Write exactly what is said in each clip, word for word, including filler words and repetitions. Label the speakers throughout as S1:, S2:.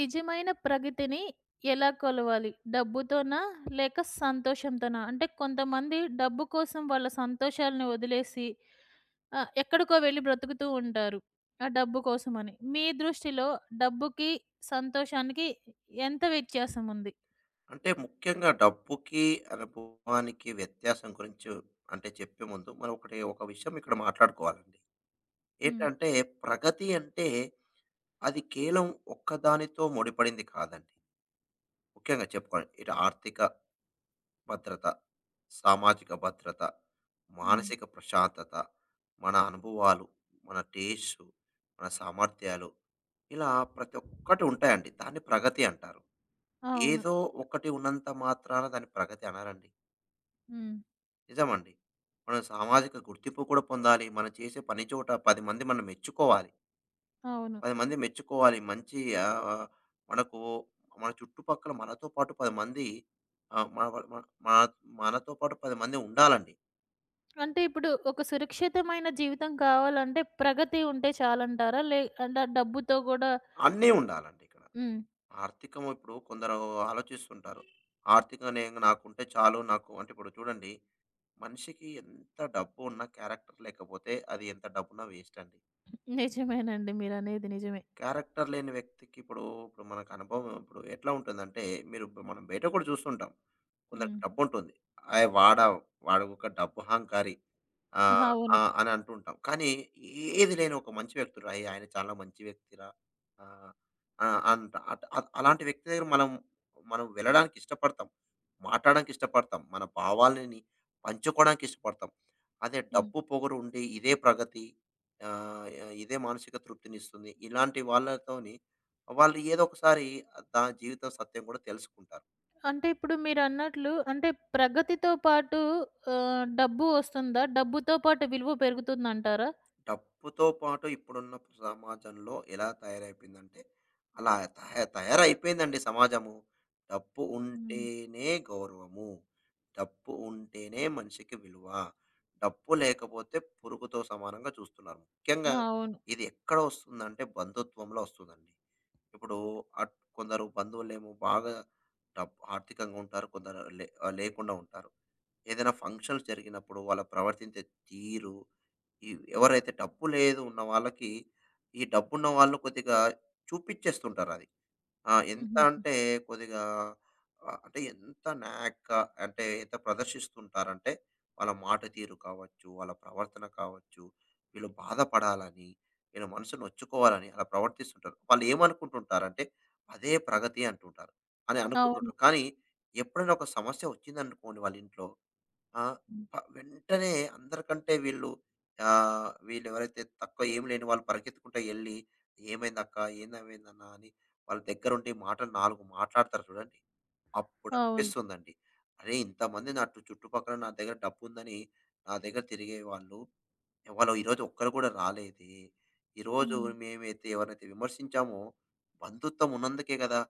S1: నిజమైన ప్రగతిని ఎలా కొలవాలి? డబ్బుతోనా? లేక సంతోషంతోనా? అంటే కొంతమంది డబ్బు కోసం వాళ్ళ సంతోషాలను వదిలేసి ఆహ్, ఎక్కడికో వెళ్లి బ్రతుకుతూ ఉంటారు. ఆ డబ్బు కోసమని. మీ దృష్టిలో డబ్బుకి, సంతోషానికి ఎంత వ్యత్యాసం ఉంది?
S2: అంటే ముఖ్యంగా డబ్బుకి, అనుభవానికి వ్యత్యాసం గురించి అంటే చెప్పే ముందు మనం ఒకటి ఒక విషయం ఇక్కడ మాట్లాడుకోవాలండి.
S1: హ్మ్.
S2: ఏంటంటే ప్రగతి అంటే అది కేవలం ఒక్కదానితో ముడిపడింది కాదండి. ముఖ్యంగా చెప్పుకోవాలి ఇటు ఆర్థిక భద్రత, సామాజిక భద్రత,
S1: హ్మ్.
S2: మానసిక ప్రశాంతత, మన అనుభవాలు, మన టేస్టు, మన సామర్థ్యాలు ఇలా ప్రతి ఒక్కటి ఉంటాయండి. దాన్ని ప్రగతి అంటారు.
S1: అవును.
S2: ఏదో ఒకటి ఉన్నంత మాత్రాన దాన్ని ప్రగతి అనరండి.
S1: హ్మ్.
S2: నిజమండి. మనం సామాజిక గుర్తింపు కూడా పొందాలి. మనం చేసే పని చోట పది మంది మనం మెచ్చుకోవాలి.
S1: అవును.
S2: పది మంది మెచ్చుకోవాలి. మంచి ఆహ్, మనకు మన చుట్టుపక్కల మనతో పాటు పది మంది ఆహ్, మన మన మన మనతో పాటు పది మంది ఉండాలండి.
S1: అంటే ఇప్పుడు ఒక సురక్షితమైన జీవితం కావాలంటే ప్రగతి ఉంటే చాలంటారా? లే అంటే ఆ డబ్బుతో గూడా.
S2: అన్నీ ఉండాలండి ఇక్కడ.
S1: హ్మ్.
S2: ఆర్థికం ఇప్పుడు కొందరు ఆలోచిస్తుంటారు. ఆర్థికంగా నేను నాకుంటే చాలు నాకు అంటే ఇప్పుడు చూడండి, మనిషికి ఎంత డబ్బు ఉన్నా క్యారెక్టర్ లేకపోతే అది ఎంత డబ్బున్నా వేస్ట్ అండి.
S1: నిజమేనండి, మీరనేది నిజమే.
S2: క్యారెక్టర్ లేని వ్యక్తికి ఇప్పుడు, ఇప్పుడు మనకు అనుభవం ఇప్పుడు ఎట్లా ఉంటుందంటే, మీరు ఇప్పుడు మనం బయట కూడా చూస్తుంటాం. కొందరికి
S1: హ్మ్.
S2: డబ్బుంటుంది. "అయ్ వాడా, వాడు ఒక డబ్బు అహంకారి." ఆ! ఆ!
S1: అవును.
S2: అని అంటుంటాం. కానీ ఏది లేని ఒక మంచి వ్యక్తుడు. అయ్! ఆయన చాలా మంచి వ్యక్తిరా. ఆహ్, ఆ! అంత అట్ అట్ అలాంటి వ్యక్తి దగ్గర మనం, మనం వెళ్ళడానికి ఇష్టపడతాం. మాట్లాడడానికి ఇష్టపడతాం. మన భావాలని పంచుకోవడానికి ఇష్టపడతాం. అదే
S1: హ్మ్.
S2: డబ్బు పొగరు ఉండి ఇదే ప్రగతి, ఆహ్, ఇదే మానసిక తృప్తినిస్తుంది. ఇలాంటి వాళ్ళతోని వాళ్ళు ఏదో ఒకసారి దా జీవితం సత్యం కూడా తెలుసుకుంటారు.
S1: అంటే ఇప్పుడు మీరన్నట్లు అంటే ప్రగతితో పాటు ఆహ్, డబ్బు వస్తుందా? డబ్బుతో పాటు విలువ పెరుగుతుందంటారా?
S2: డబ్బుతో పాటు ఇప్పుడున్న సమాజంలో ఎలా తయారైపోయిందంటే, అలా తయ తయారైపోయిందండి సమాజము. డబ్బు
S1: హ్మ్.
S2: ఉంటేనే గౌరవము. డబ్బు ఉంటేనే మనిషికి విలువ. డబ్బు లేకపోతే పురుగుతో సమానంగా చూస్తున్నారు. ముఖ్యంగా
S1: అవును.
S2: ఇది ఎక్కడ వస్తుందంటే బంధుత్వంలో వస్తుందండి. ఇప్పుడు అట్ కొందరు బంధువులేమో బాగా డబ్ ఆర్థికంగా ఉంటారు. కొందరు లే ఆహ్, లేకుండా ఉంటారు. ఏదైనా ఫంక్షన్స్ జరిగినప్పుడు వాళ్ళు ప్రవర్తించే తీరు, ఈ ఎవరైతే డబ్బు లేదు ఉన్న వాళ్ళకి, ఈ డబ్బున్న వాళ్ళు కొద్దిగా చూపిచ్చేస్తుంటారది. ఆ! ఎంత
S1: హుహుహు.
S2: అంటే కొద్దిగా ఆహ్, అంటే ఎంత నాయాక్‌గా అంటే ఎంత ప్రదర్శిస్తుంటారంటే, వాళ్ళ మాట తీరు కావచ్చు, వాళ్ళ ప్రవర్తన కావచ్చు, వీళ్ళు బాధపడాలని, వీళ్ళ మనసు నొచ్చుకోవాలని అలా ప్రవర్తిస్తుంటారు. వాళ్ళు ఏమనుకుంటుంటారంటే, అదే ప్రగతి అంటుంటారు అని
S1: అవును.
S2: అనుకుంటుంటారు. కానీ ఎప్పుడైనా ఒక సమస్య వచ్చిందనుకోండి వాళ్ళ ఇంట్లో, ఆ!
S1: హ్మ్.
S2: ప వెంటనే అందరికంటే వీళ్ళు, ఆహ్, వీళ్ళెవరైతే తక్కువ ఏమి లేని వాళ్ళు పరిగెత్తుకుంటా ఎళ్లి, "ఏమైందక్కా? ఏందేమైందన్నా?" అని వాళ్ళ దగ్గరుండి మాటలు నాలుగు మాట్లాడతారు చూడండి.
S1: అవును.
S2: అప్పుడనిపిస్తుందండి, అరే! ఇంతమంది నా టు చుట్టుపక్కల నా దగ్గర డబ్బుందని నా దగ్గర తిరిగేవాళ్ళు ఎవరు ఈరోజు ఒక్కరు కూడా రాలేదే. ఈరోజు
S1: హ్మ్.
S2: మేమైతే ఎవరినైతే విమర్శించామో, బంధుత్వం ఉన్నందుకే గదా!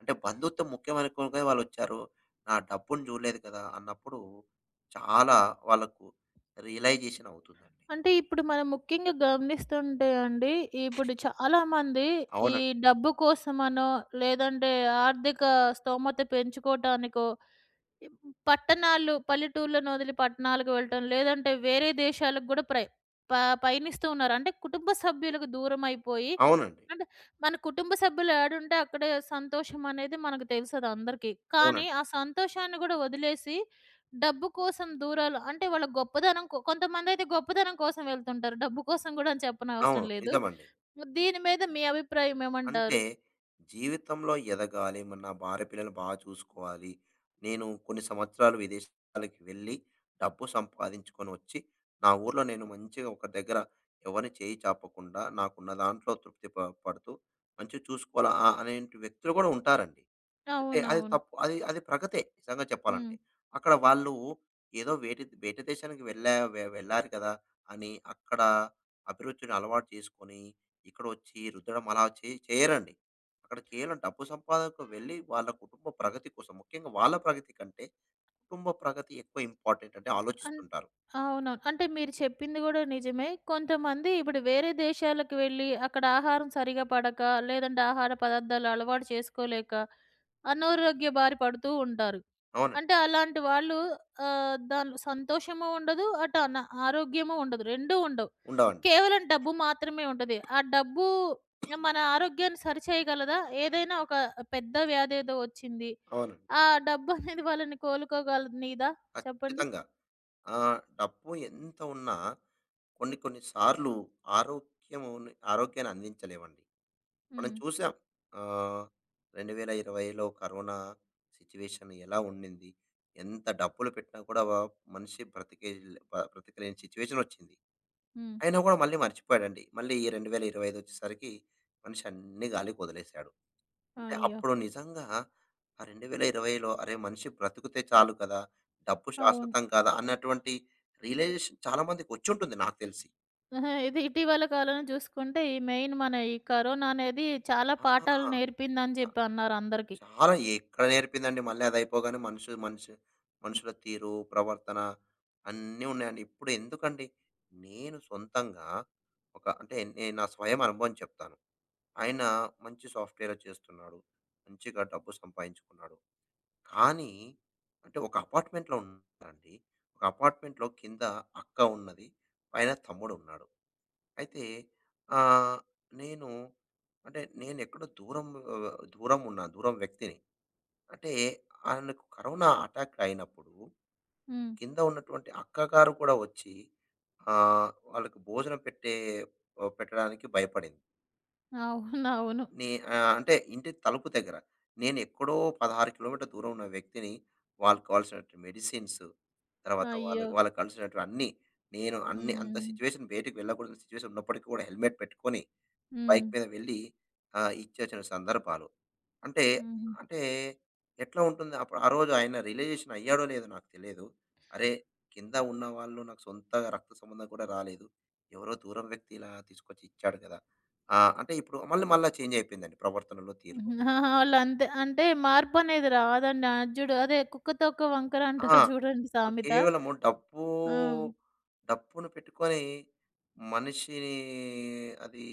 S2: అంటే బంధుత్వం ముఖ్యమనుకోగా వాళ్ళొచ్చారు. నా డబ్బుని చూడలేదు కదా! అన్నప్పుడు చాలా వాళ్ళకు రియలైజేషన్ అవుతుందండి.
S1: అంటే ఇప్పుడు మనం ముఖ్యంగా గమనిస్తుంటే అండి, ఇప్పుడు చాలామంది ఈ
S2: అవునండి.
S1: డబ్బు కోసమనో, లేదంటే ఆర్థిక స్తోమత పెంచుకోవటానికో ఇప్ పట్టణాలు పల్లెటూర్లను వదిలి పట్టణాలకు వెళ్ళటం, లేదంటే వేరే దేశాలకు గూడా ప్రయ ప పయనిస్తూ ఉన్నారు. అంటే కుటుంబ సభ్యులకు దూరమైపోయి,
S2: అవునండి.
S1: అంటే మన కుటుంబ సభ్యులు ఏడుంటే అక్కడే సంతోషం అనేది మనకు తెలుసదందరికీ. కానీ
S2: అవునండి.
S1: ఆ సంతోషాన్ని గూడా వదిలేసి, డబ్బు కోసం దూరాలు, అంటే వాళ్ళ గొప్పదనం కొ కొంతమందయితే గొప్పదనం కోసం వెళ్తుంటారు. డబ్బు కోసం గూడా అని
S2: అవును.
S1: చెప్పనవసరం లేదు.
S2: నిజమండి.
S1: దీని మీద మీ అభిప్రాయం
S2: అంటే
S1: ఏమంటారు?
S2: జీవితంలో ఎదగాలి. మరి నా భార్య పిల్లలు బాగా చూసుకోవాలి. నేను కొన్ని సంవత్సరాలు విదేశాలకు వెళ్ళి డబ్బు సంపాదించుకొని వచ్చి, నా ఊర్లో నేను మంచిగా ఒక దగ్గర ఎవరిని చేయి చాపకుండా నాకున్న దాంట్లో తృప్తి ప పడుతూ మంచిగా చూసుకోవాలా, ఆహ్, అనేటి వ్యక్తులు కూడా ఉంటారండి. అంటే అది
S1: అవునవును.
S2: తప్పు. అది అది ప్రగతే నిజంగా
S1: హ్మ్.
S2: చెప్పాలంటే. అక్కడ వాళ్ళు ఏదో వేటి వేటి దేశానికి వెళ్ళా వె వెళ్లారు కదా! అని అక్కడ అభిరుచిని అలవాటు చేసుకొని, ఇక్కడొచ్చి రుద్దడం అలా చే చేయరండి. అక్కడ కేవలం డబ్బు సంపాదనకు వెళ్ళి వాళ్ళ కుటుంబ ప్రగతి కోసం, ముఖ్యంగా వాళ్ళ ప్రగతి కంటే, కుటుంబ ప్రగతి ఎక్కువ ఇంపార్టెంట్ అంటే
S1: అన్
S2: ఆలోచిస్తుంటారు.
S1: అవునవును. అంటే మీరు చెప్పింది గూడా నిజమే. కొంతమంది ఇప్పుడు వేరే దేశాలకు వెళ్ళి అక్కడ ఆహారం సరిగా పడక, లేదంటే ఆహార పదార్థాలు అలవాటు చేసుకోలేక, అనారోగ్య బారి పడుతూ ఉంటారు.
S2: అవునండి.
S1: అంటే అలాంటి వాళ్ళు ఆహ్, దానిలో సంతోషము ఉండదు, అటు అన ఆరోగ్యము ఉండదు. రెండూ ఉండవు.
S2: ఉండవండి.
S1: కేవలం డబ్బు మాత్రమే ఉంటది. ఆ డబ్బు మన ఆరోగ్యాన్ని సరిచేయగలదా? ఏదైనా ఒక పెద్ద వ్యాధేదో వచ్చింది.
S2: అవునండి.
S1: ఆ డబ్బనేది వాళ్ళని కోలుకోగలనీదా? చెప్పండి.
S2: ఖచ్చితంగా. ఆహ్, డబ్బు ఎంత ఉన్నా కొన్ని కొన్ని సార్లు ఆరోగ్యముని ఆరోగ్యాన్ని అందించలేవండి. మనం
S1: హ్మ్.
S2: చూసాం. ఆహ్, రెండు వేల ఇరవైలో కరోనా సిట్యుయేషన్ ఎలా ఉండింది? ఎంత డబ్బులు పెట్టినా కూడా వ మనిషి బ్రతికే బ బ్రతకలేని సిట్యుయేషనొచ్చింది.
S1: హ్మ్.
S2: అయినా కూడా మళ్ళీ మర్చిపోయాడండి. మళ్ళీ ఈ రెండు వేల ఇరవై ఐదు వచ్చేసరికి మనిషి అన్నీ గాలికి వదిలేసాడు. అంటే
S1: అయ్యో!
S2: అప్పుడు నిజంగా ఆ రెండు వేల ఇరవైలో, అరే! మనిషి బ్రతికితే చాలు కదా! డబ్బు
S1: అవును.
S2: శాశ్వతం కాదా! అన్నటువంటి రియలైజేషన్ చాలా మందికొచ్చుంటుంది నాకు తెలిసి.
S1: ఆహా! ఇది ఇటీవల కాలంలో చూసుకుంటే, ఈ మెయిన్ మన ఈ కరోనా అనేది చాలా పాఠాలు నేర్పిందని
S2: ఆ!
S1: చెప్పి అన్నారు అందరికి.
S2: చాలా ఎక్కడ నేర్పిందండి. మళ్ళీ అదయిపోగానే మనుషు మనిషి మనుషుల తీరు, ప్రవర్తన అన్నీ ఉన్నాయండి. ఇప్పుడు ఎందుకండి, నేను సొంతంగా ఒక అంటే నేను నా స్వయం అనుభవం చెప్తాను. ఆయన మంచి సాఫ్ట్‌వేర్ చేస్తున్నాడు. మంచిగా డబ్బు సంపాదించుకున్నాడు. కానీ అంటే ఒక అపార్ట్మెంట్‌లో ఉన్నారండి. ఒక అపార్ట్మెంట్‌లో కింద అక్క ఉన్నది. పైన తమ్ముడు ఉన్నాడు. అయితే ఆహ్, నేను అంటే నేనెక్కడో దూరం, ఆహ్, దూరం ఉన్నా. దూరం వ్యక్తిని. అంటే ఆయనకు కరోనా అటాక్ అయినప్పుడు
S1: హ్మ్.
S2: కింద ఉన్నటువంటి అక్కగారు కూడా వచ్చి, ఆహ్, వాళ్ళకి భోజనం పెట్టే ఆహ్, పెట్టడానికి భయపడింది.
S1: అవునవును.
S2: నే ఆహ్, అంటే ఇంటి తలుపు దగ్గర. నేను ఎక్కడో పదహారు కిలోమీటర్ల దూరం ఉన్న వ్యక్తిని, వాళ్ళు కావాల్సినటువంటి మెడిసిన్స్, తర్వాత వాళ్ళ
S1: అయ్యో!
S2: వాళ్ళకి కావాల్సినటువంటి అన్నీ, నేను అన్ని అంత
S1: హ్మ్.
S2: సిట్యుయేషన్, బయటికి వెళ్ళకూడని సిట్యుయేషన్ ఉన్నప్పటికి కూడా హెల్మెట్ పెట్టుకొని
S1: హ్మ్.
S2: బైక్ మీద వెళ్ళి, ఆహ్, ఇచ్చొచ్చిన సందర్భాలు. అంటే,
S1: హుహు.
S2: అంటే ఎట్లా ఉంటుంది అప్పుడు ఆ రోజు ఆయన రియలైజేషన్ అయ్యాడో లేదో నాకు తెలీదు. అరే! కింద ఉన్నవాళ్ళు నాకు సొంత రక్త సంబంధం కూడా రాలేదు. ఎవరో దూరం వ్యక్తి ఇలా తీసుకొచ్చి ఇచ్చాడు కదా! ఆ! అంటే ఇప్పుడు మళ్ళీ మళ్ళా చేంజ్ అయిపోయిందండి ప్రవర్తనలో, తీరులో.
S1: ఆహా! వాళ్ళంతే. అంటే మార్పనేది రాదండి. అది చూడు, అదే కుక్క తోక వంకర
S2: ఆ!
S1: అంటారు చూడండి
S2: ఇప్పుడు
S1: సామెత.
S2: కేవలము డబ్బు,
S1: హ్మ్.
S2: డబ్బును పెట్టుకొని మనిషిని, అది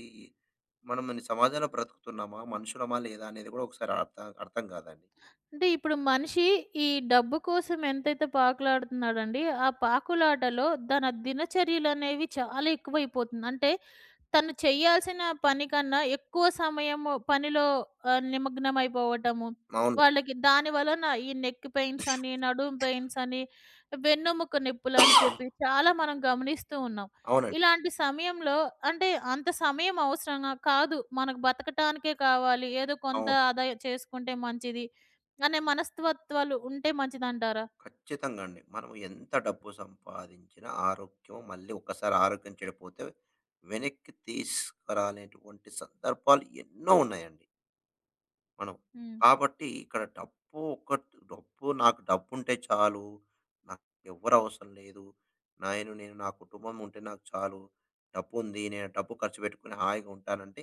S2: మనం ఈ సమాజంలో బ్రతుకుతున్నామా? మనుషులమా? లేదా? అనేది కూడా ఒకసారి అర్థం అర్థం కాదండి.
S1: అంటే ఇప్పుడు మనిషి ఈ డబ్బు కోసం ఎంతైతే పాకులాడుతున్నాడండి, ఆ పాకులాటలో తన దినచర్యలనేవి చాలా ఎక్కువైపోతుంది. అంటే తను చేయాల్సిన పని కన్నా ఎక్కువ సమయము పనిలో ఆహ్, నిమగ్నమైపోవటము.
S2: అవును.
S1: వాళ్ళకి దాని వలన ఈ నెక్ పెయిన్స్ అని, నడుము పెయిన్స్ అని, వెన్నెముక నొప్పులని చెప్పి చాలా మనం గమనిస్తూ ఉన్నాం.
S2: అవునండి.
S1: ఇలాంటి సమయంలో అంటే అంత సమయం అవసరంగా కాదు. మనకు బతకటానికే కావాలి. ఏదో కొంత
S2: అవును.
S1: ఆదాయం చేసుకుంటే మంచిది అనే మనస్తత్వాలు ఉంటే మంచిదంటారా?
S2: ఖచ్చితంగా అండి. మనం ఎంత డబ్బు సంపాదించినా ఆరోగ్యం, మళ్ళీ ఒక్కసారి ఆరోగ్యం చెడిపోతే వెనక్కి తీసుకురాలేటువంటి సందర్భాలు ఎన్నో ఉన్నాయండి మనం.
S1: హ్మ్.
S2: కాబట్టి ఇక్కడ డబ్బు ఒక డబ్బు, నాకు డబ్బుంటే చాలు. నాకు ఎవ్వరు అవసరం లేదు. నేను నేను నా కుటుంబం ఉంటే నాకు చాలు. డబ్బుంది. నేను డబ్బు ఖర్చు పెట్టుకొని హాయిగా ఉంటానంటే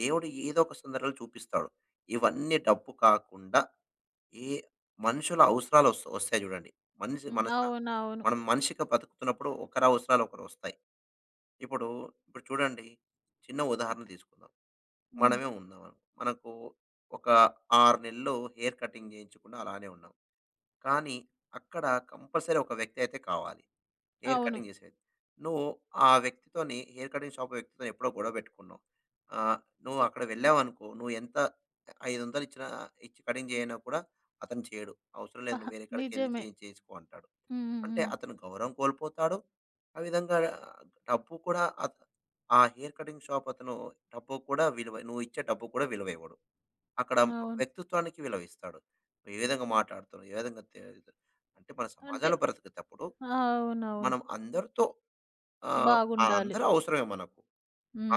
S2: దేవుడు ఏదో ఒక సందర్భాలు చూపిస్తాడు. ఇవన్నీ డబ్బు కాకుండా ఈ మనుషుల అవసరాలు వస్ వస్తాయి చూడండి. మనిషి
S1: హ్మ్.
S2: మన స
S1: అవునవును.
S2: మనం మనిషిగా బతుకుతున్నప్పుడు ఒకరి అవసరాలు ఒకరొస్తాయి. ఇప్పుడు, ఇప్పుడు చూడండి, చిన్న ఉదాహరణ తీసుకుందాం.
S1: హ్మ్.
S2: మనమే ఉన్నాం. మనకు ఒక ఆరు నెలలు హెయిర్ కటింగ్ చేయించకుండా అలానే ఉన్నాం. కానీ అక్కడ కంపల్సరీ ఒక వ్యక్తి అయితే కావాలి, హెయిర్
S1: అవును.
S2: కటింగ్ చేసేది. నువ్వు ఆ వ్యక్తితోని హెయిర్ కటింగ్ షాప్ వ్యక్తితోని ఎప్పుడో గొడవ పెట్టుకున్నావు. ఆహ్, నువ్వు అక్కడ వెళ్ళావనుకో, నువ్వు ఎంత ఐదు వందలు ఇచ్చినా, ఇచ్చి కటింగ్ చేయనా కూడా అతను చేయడు. అవసరం లేదు,
S1: అహా!
S2: నువ్వు వేరే కాడికెళ్ళి
S1: నిజమే.
S2: చేయి చేసుకో అంటాడు.
S1: హ్మ్. హ్మ్.
S2: అంటే
S1: హ్మ్.
S2: అతను గౌరవం కోల్పోతాడు. ఆ విధంగా డబ్బు కూడా అత ఆ హెయిర్ కటింగ్ షాప్ అతను డబ్బు కూడా విలువ నువ్వు ఇచ్చే డబ్బు కూడా విలువ ఇవ్వడు. అక్కడ
S1: అవును.
S2: వ్యక్తిత్వానికి విలువ ఇస్తాడు. నువ్వు ఏ విధంగా మాట్లాడుతున్నావు? ఏ విధంగా తే అంటే మన
S1: అంటే
S2: సమాజంలో బ్రతికేటప్పుడు
S1: అవునవును.
S2: మనం అందరితో, ఆ! ఆ!
S1: బాగుండాలి.
S2: అందరూ అవసరమే మనకు.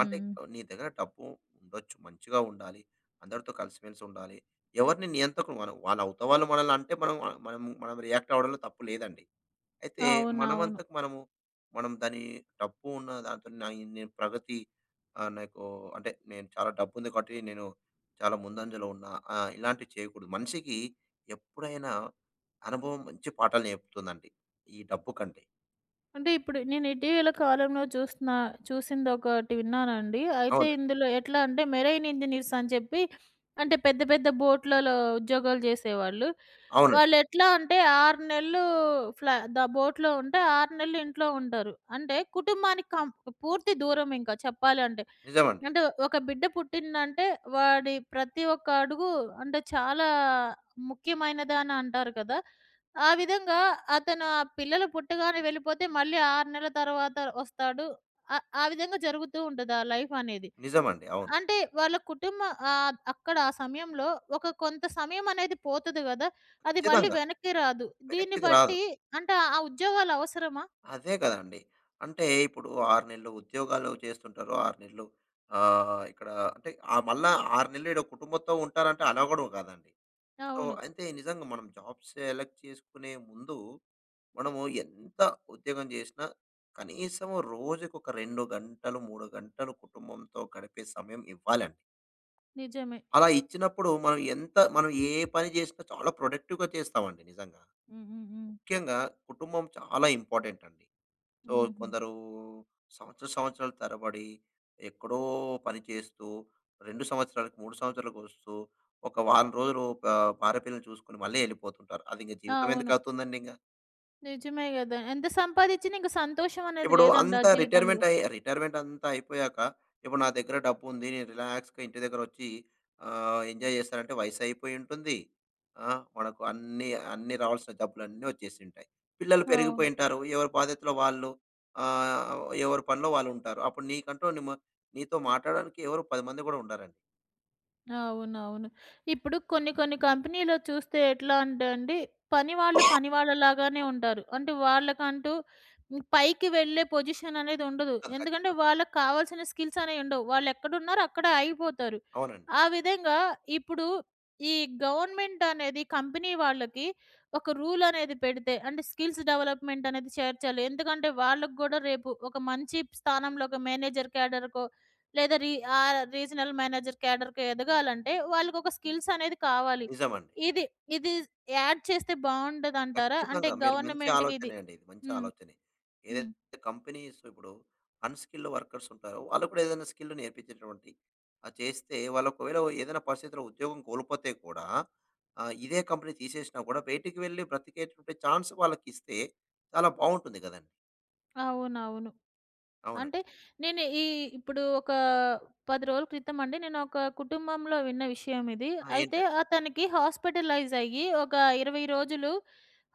S2: అంటే నీ దగ్గర డబ్బు ఉండొచ్చు. మంచిగా ఉండాలి. అందరితో కలిసిమెలిసి ఉండాలి. ఎవరిని నియంతకుడు మనం, వాళ్ళ అవతల వాళ్ళు మనల్ని అంటే మనం, మనం మనం రియాక్ట్ అవ్వడంలో తప్పు లేదండి. అయితే
S1: అవునవును.
S2: మనమంతకు మనము మనం దాని డబ్బు ఉన్న దాంతో నా నేను ప్రగతి, ఆహ్, నాకు అంటే నేను చాలా డబ్బు ఉంది కాబట్టి నేను చాలా ముందంజలో ఉన్నా, ఆహ్, ఇలాంటివి చేయకూడదు. మనిషికి ఎప్పుడైనా అనుభవం మంచి పాఠాలు నేర్పుతుందండి, ఈ డబ్బు కంటే.
S1: అంటే ఇప్పుడు నేను ఇటీవల కాలంలో చూసిన చూసిందొకటి విన్నానండి. అయితే
S2: అవునండి.
S1: ఇందులో ఎట్లా అంటే మెరైన్ ఇంజినీర్స్ అని చెప్పి అంటే పెద్ద పెద్ద బోట్‌లలో ఉద్యోగాలు జేసేవాళ్ళు.
S2: అవునండి.
S1: వాళ్ళెట్లా అంటే ఆరు నెలలు ఫ్లా ద బోట్‌లో ఉంటే ఆరు నెలలు ఇంట్లో ఉంటారు. అంటే కుటుంబానికి కం పూర్తి దూరం ఇంకా చెప్పాలంటే.
S2: నిజమండి.
S1: అంటే ఒక బిడ్డ పుట్టిందంటే వాడి ప్రతి ఒక్క అడుగు అంటే చాలా ముఖ్యమైనదని అంటారు కదా. ఆ విధంగా అతను ఆ పిల్లలు పుట్టగానే వెళ్ళిపోతే మళ్ళీ ఆరు నెలల తర్వాత వస్తాడు. ఆ ఆ విధంగా జరుగుతూ ఉంటది ఆ లైఫ్ అనేది.
S2: నిజమండి. అవును.
S1: అంటే వాళ్ళ కుటుంబ ఆహ్, అక్కడ ఆ సమయంలో ఒక కొంత సమయం అనేది పోతది గదా! అది మళ్ళీ
S2: ఖచ్చితంగా.
S1: వెనక్కి రాదు. దీన్ని
S2: వెనక్కిది రాదు.
S1: బట్టి అంటే ఆ ఉద్యోగాలు అవసరమా?
S2: అదే కదండీ. అంటే ఇప్పుడు ఆరు నెలలు ఉద్యోగాలు చేస్తుంటారు. ఆరు నెలలు ఆహ్, ఇక్కడ అంటే, ఆహ్, మళ్ళా ఆరు నెలలు ఈడ కుటుంబంతో ఉంటారంటే అలా కూడా కాదండి. సో,
S1: అవును.
S2: అయితే నిజంగా మనం జాబ్ సెలెక్ట్ చేసుకునే ముందు మనము ఎంత ఉద్యోగం చేసినా కనీసం రోజుకొక రెండు గంటలు, మూడు గంటలు కుటుంబంతో గడిపే సమయం ఇవ్వాలండి.
S1: నిజమే.
S2: అలా ఇచ్చినప్పుడు మనం ఎంత మనం ఏ పని చేసినా చాలా ప్రొడక్టివ్‌గా చేస్తామండి నిజంగా.
S1: హ్మ్. హ్మ్. హ్మ్.
S2: ముఖ్యంగా కుటుంబం చాలా ఇంపార్టెంట్ అండి. సో,
S1: హుహుహు.
S2: కొందరు సంవత్సర సంవత్సరాల తరబడి ఎక్కడో పని చేస్తూ, రెండు సంవత్సరాలకు, మూడు సంవత్సరాలకొస్తూ, ఒక వారం రోజులు ప భార్య పిల్లల్ని చూసుకొని మళ్ళీ ఎళ్ళిపోతుంటారు. అదింక జీవితం ఎందుకు
S1: అవును.
S2: అవుతుందండింక?
S1: నిజమే గదా! ఎంత సంపాదిచ్చినా ఇంక సంతోషం అనేది
S2: ఇప్పుడు
S1: లేదండి
S2: అంత
S1: ఆ జీవితంలో.
S2: రిటైర్మెంట్ అయ్యి రిటైర్మెంట్ అంతా అయిపోయాక, ఇప్పుడు నా దగ్గర డబ్బుంది. నేను రిలాక్స్‌గా ఇంటి దగ్గరొచ్చి, ఆహ్, ఎంజాయ్ చేస్తానంటే వయసు అయిపోయి ఉంటుంది. ఆ! మనకు అన్నీ, అన్నీ రావాల్సిన డబ్బులన్నీ వచ్చేసింటాయి. పిల్లలు
S1: అవును.
S2: పెరిగిపోయింటారు. ఎవరి బాధ్యతలో వాళ్ళు, ఆహ్, ఎవరి పనిలో వాళ్ళుంటారు. అప్పుడు నీకంటూ నిమ నీతో మాట్లాడడానికి ఎవరు పది మంది కూడా ఉండరండి.
S1: అవునవును. ఇప్పుడు కొన్ని కొన్ని కంపెనీలో చూస్తే ఎట్లా అంటే అండి, పని వాళ్ళు పని వాళ్ళలాగానే ఉంటారు. అంటే వాళ్ళకంటూ హ్మ్, పైకి వెళ్ళే పొజిషన్ అనేది ఉండదు.
S2: కదా! ఖచ్చి
S1: ఎందుకంటే వాళ్ళకి కావాల్సిన స్కిల్స్ అనేవి ఉండవు. వాళ్ళెక్కడున్నారో అక్కడే ఆగిపోతారు.
S2: అవునండి.
S1: ఆ విధంగా ఇప్పుడు ఈ గవర్నమెంట్ అనేది కంపెనీ వాళ్ళకి ఒక రూల్ అనేది పెడితే, అంటే స్కిల్స్ డెవలప్‌మెంట్ అనేది చేర్చాలి. ఎందుకంటే వాళ్ళకి గూడా రేపు ఒక మంచి స్థానంలో ఒక మేనేజర్ క్యాడర్‌కో లేదా రీ ఆహ్, రీజనల్ మేనేజర్ క్యాడర్‌కి ఎదగాలంటే వాళ్ళకొక స్కిల్స్ అనేది కావాలి.
S2: నిజమండి.
S1: ఇది ఇది యాడ్ చేస్తే బావుండదంటారా? అంటే
S2: ఖచ్చితంగా. మీరు మంచి
S1: గవర్నమెంట్‌కిది.
S2: ఆలోచనే అండి ఇది. మంచి
S1: హ్మ్.
S2: ఆలోచనే.
S1: హ్మ్.
S2: ఏదైతే కంపెనీస్ ఇప్పుడు అన్‌స్కిల్డ్ వర్కర్స్ ఉంటారో, వాళ్ళకి కూడా ఏదైనా స్కిల్ నేర్పించేటువంటి అది చేస్తే, వాళ్ళు ఒకవేళ ఏదైనా పరిస్థితిలో ఉద్యోగం కోల్పోతే కూడా, ఆహ్, ఇదే కంపెనీ తీసేసినా కూడా బయటికి వెళ్లి బ్రతికేటువంటి ఛాన్స్ వాళ్ళకిస్తే చాలా బావుంటుంది గదండీ!
S1: అవునవును. అంటే
S2: అవునండి.
S1: నేను ఈ ఇప్పుడు ఒక పది రోజుల క్రితం అండి నేను ఒక కుటుంబంలో విన్న విషయం ఇది.
S2: ఆ!
S1: అయితే
S2: ఏంటండి?
S1: అతనికి హాస్పిటలైజ్ అయ్యి ఒక ఇరవై రోజులు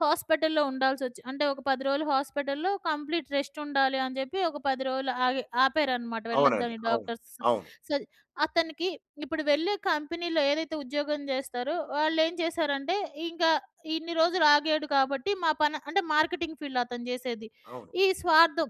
S1: హాస్పిటల్‌లో ఉండాల్సొచ్చి, అంటే ఒక పది రోజులు హాస్పిటల్‌లో కంప్లీట్ రెస్ట్ ఉండాలి అని జెప్పి ఒక పది రోజులు ఆగి ఆపారనమాట,
S2: అవునండి.
S1: వెళ్ళొద్దని
S2: అవును.
S1: డాక్టర్స్.
S2: అవును.
S1: సర్ అతనికి ఇప్పుడు వెళ్ళే కంపెనీలో ఏదైతే ఉద్యోగం జేస్తారో వాళ్ళేం చేశారంటే ఇంకా ఇన్ని రోజులు ఆగాడు కాబట్టి మా పని అంటే మార్కెటింగ్ ఫీల్డ్‌లో అతను జేసేది.
S2: అవును.
S1: ఈ స్వార్థం,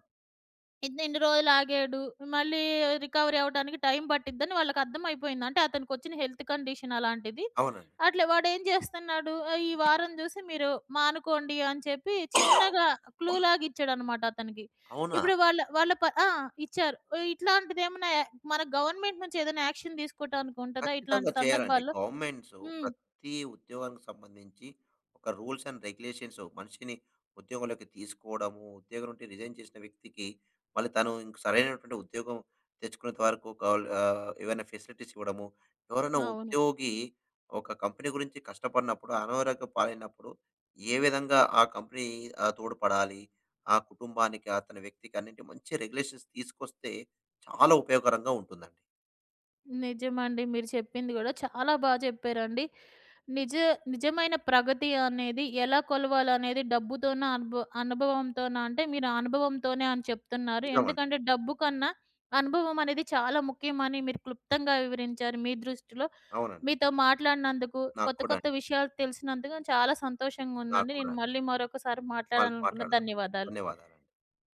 S1: ఇతను ఇన్ని రోజులు ఆగాడు. మళ్ళీ రికవరీ అవ్వడానికి టైం పట్టిద్దని వాళ్ళకర్థమైపోయింది. అంటే అతనికొచ్చిన హెల్త్ కండిషన్ అలాంటిది.
S2: అవునండి.
S1: అట్లా వాడేం చేస్తున్నాడు, ఆహ్, ఈ వారం చూసి మీరు మానుకోండి అని చెప్పి చిన్నగా క్లూలాగా ఇచ్చాడనమాట అతనికి.
S2: అవునా?
S1: ఇప్పుడు వాళ్ళ వాళ్ళ ప ఆ! ఇచ్చారు. ఇట్లాంటిదేమన్నా యా మన గవర్నమెంట్ నుంచి ఏదైనా యాక్షన్ తీసుకోవటానికి ఉంటదా
S2: ఖచ్చితంగా
S1: ఇట్లాంటి
S2: చేయాలండి.
S1: సందర్భాల్లో?
S2: గవర్నమెంట్సు
S1: హ్మ్.
S2: ప్రతి ఉద్యోగానికి సంబంధించి ఒక రూల్స్ అండ్ రెగ్యులేషన్స్, మనిషిని ఉద్యోగంలోకి తీసుకోవడము, ఉద్యోగం నుండి రిజైన్ చేసిన వ్యక్తికి మళ్ళీ తను ఇంక సరైనటువంటి ఉద్యోగం తెచ్చుకునేంత వరకు కావాల్ ఆహ్, ఏవైనా ఫెసిలిటీస్ ఇవ్వడము. ఎవరైనా
S1: అవును.
S2: ఉద్యోగి ఒక కంపెనీ గురించి కష్టపడినప్పుడు, అనారోగ్య పాలైనప్పుడు ఏ విధంగా ఆ కంపెనీ, ఆహ్, తోడ్పడాలి, ఆ కుటుంబానికి, ఆ తన వ్యక్తికి అన్నింటి మంచి రెగ్యులేషన్స్ తీసుకొస్తే చాలా ఉపయోగకరంగా ఉంటుందండి.
S1: నిజమండి. మీరు చెప్పింది గూడా చాలా బా చెప్పారండి. నిజ నిజమైన ప్రగతి అనేది ఎలా కొలవాలనేది డబ్బుతోనా, అనుభ అనుభవంతోనా, అంటే మీరు అనుభవంతోనే అని చెప్తున్నారు.
S2: నిజమండి.
S1: ఎందుకంటే డబ్బు కన్నా అనుభవం అనేది చాలా ముఖ్యమని మీరు క్లుప్తంగా వివరించారు మీ దృష్టిలో.
S2: అవునండి.
S1: మీతో మాట్లాడినందుకు,
S2: నాకు
S1: కొత్త
S2: కూడా
S1: కొత్త
S2: అండి.
S1: విషయాలు తెలిసినందుకు చాలా సంతోషంగా
S2: నాకు
S1: ఉందండి.
S2: కూడా
S1: నేను
S2: అండి.
S1: మళ్ళీ మరొకసారి
S2: మళ్ళీ
S1: మాట్లాడాలనుకున్న,
S2: మాట్లాడదాం.
S1: ధన్యవాదాలు.
S2: ధన్యవాదాలండి.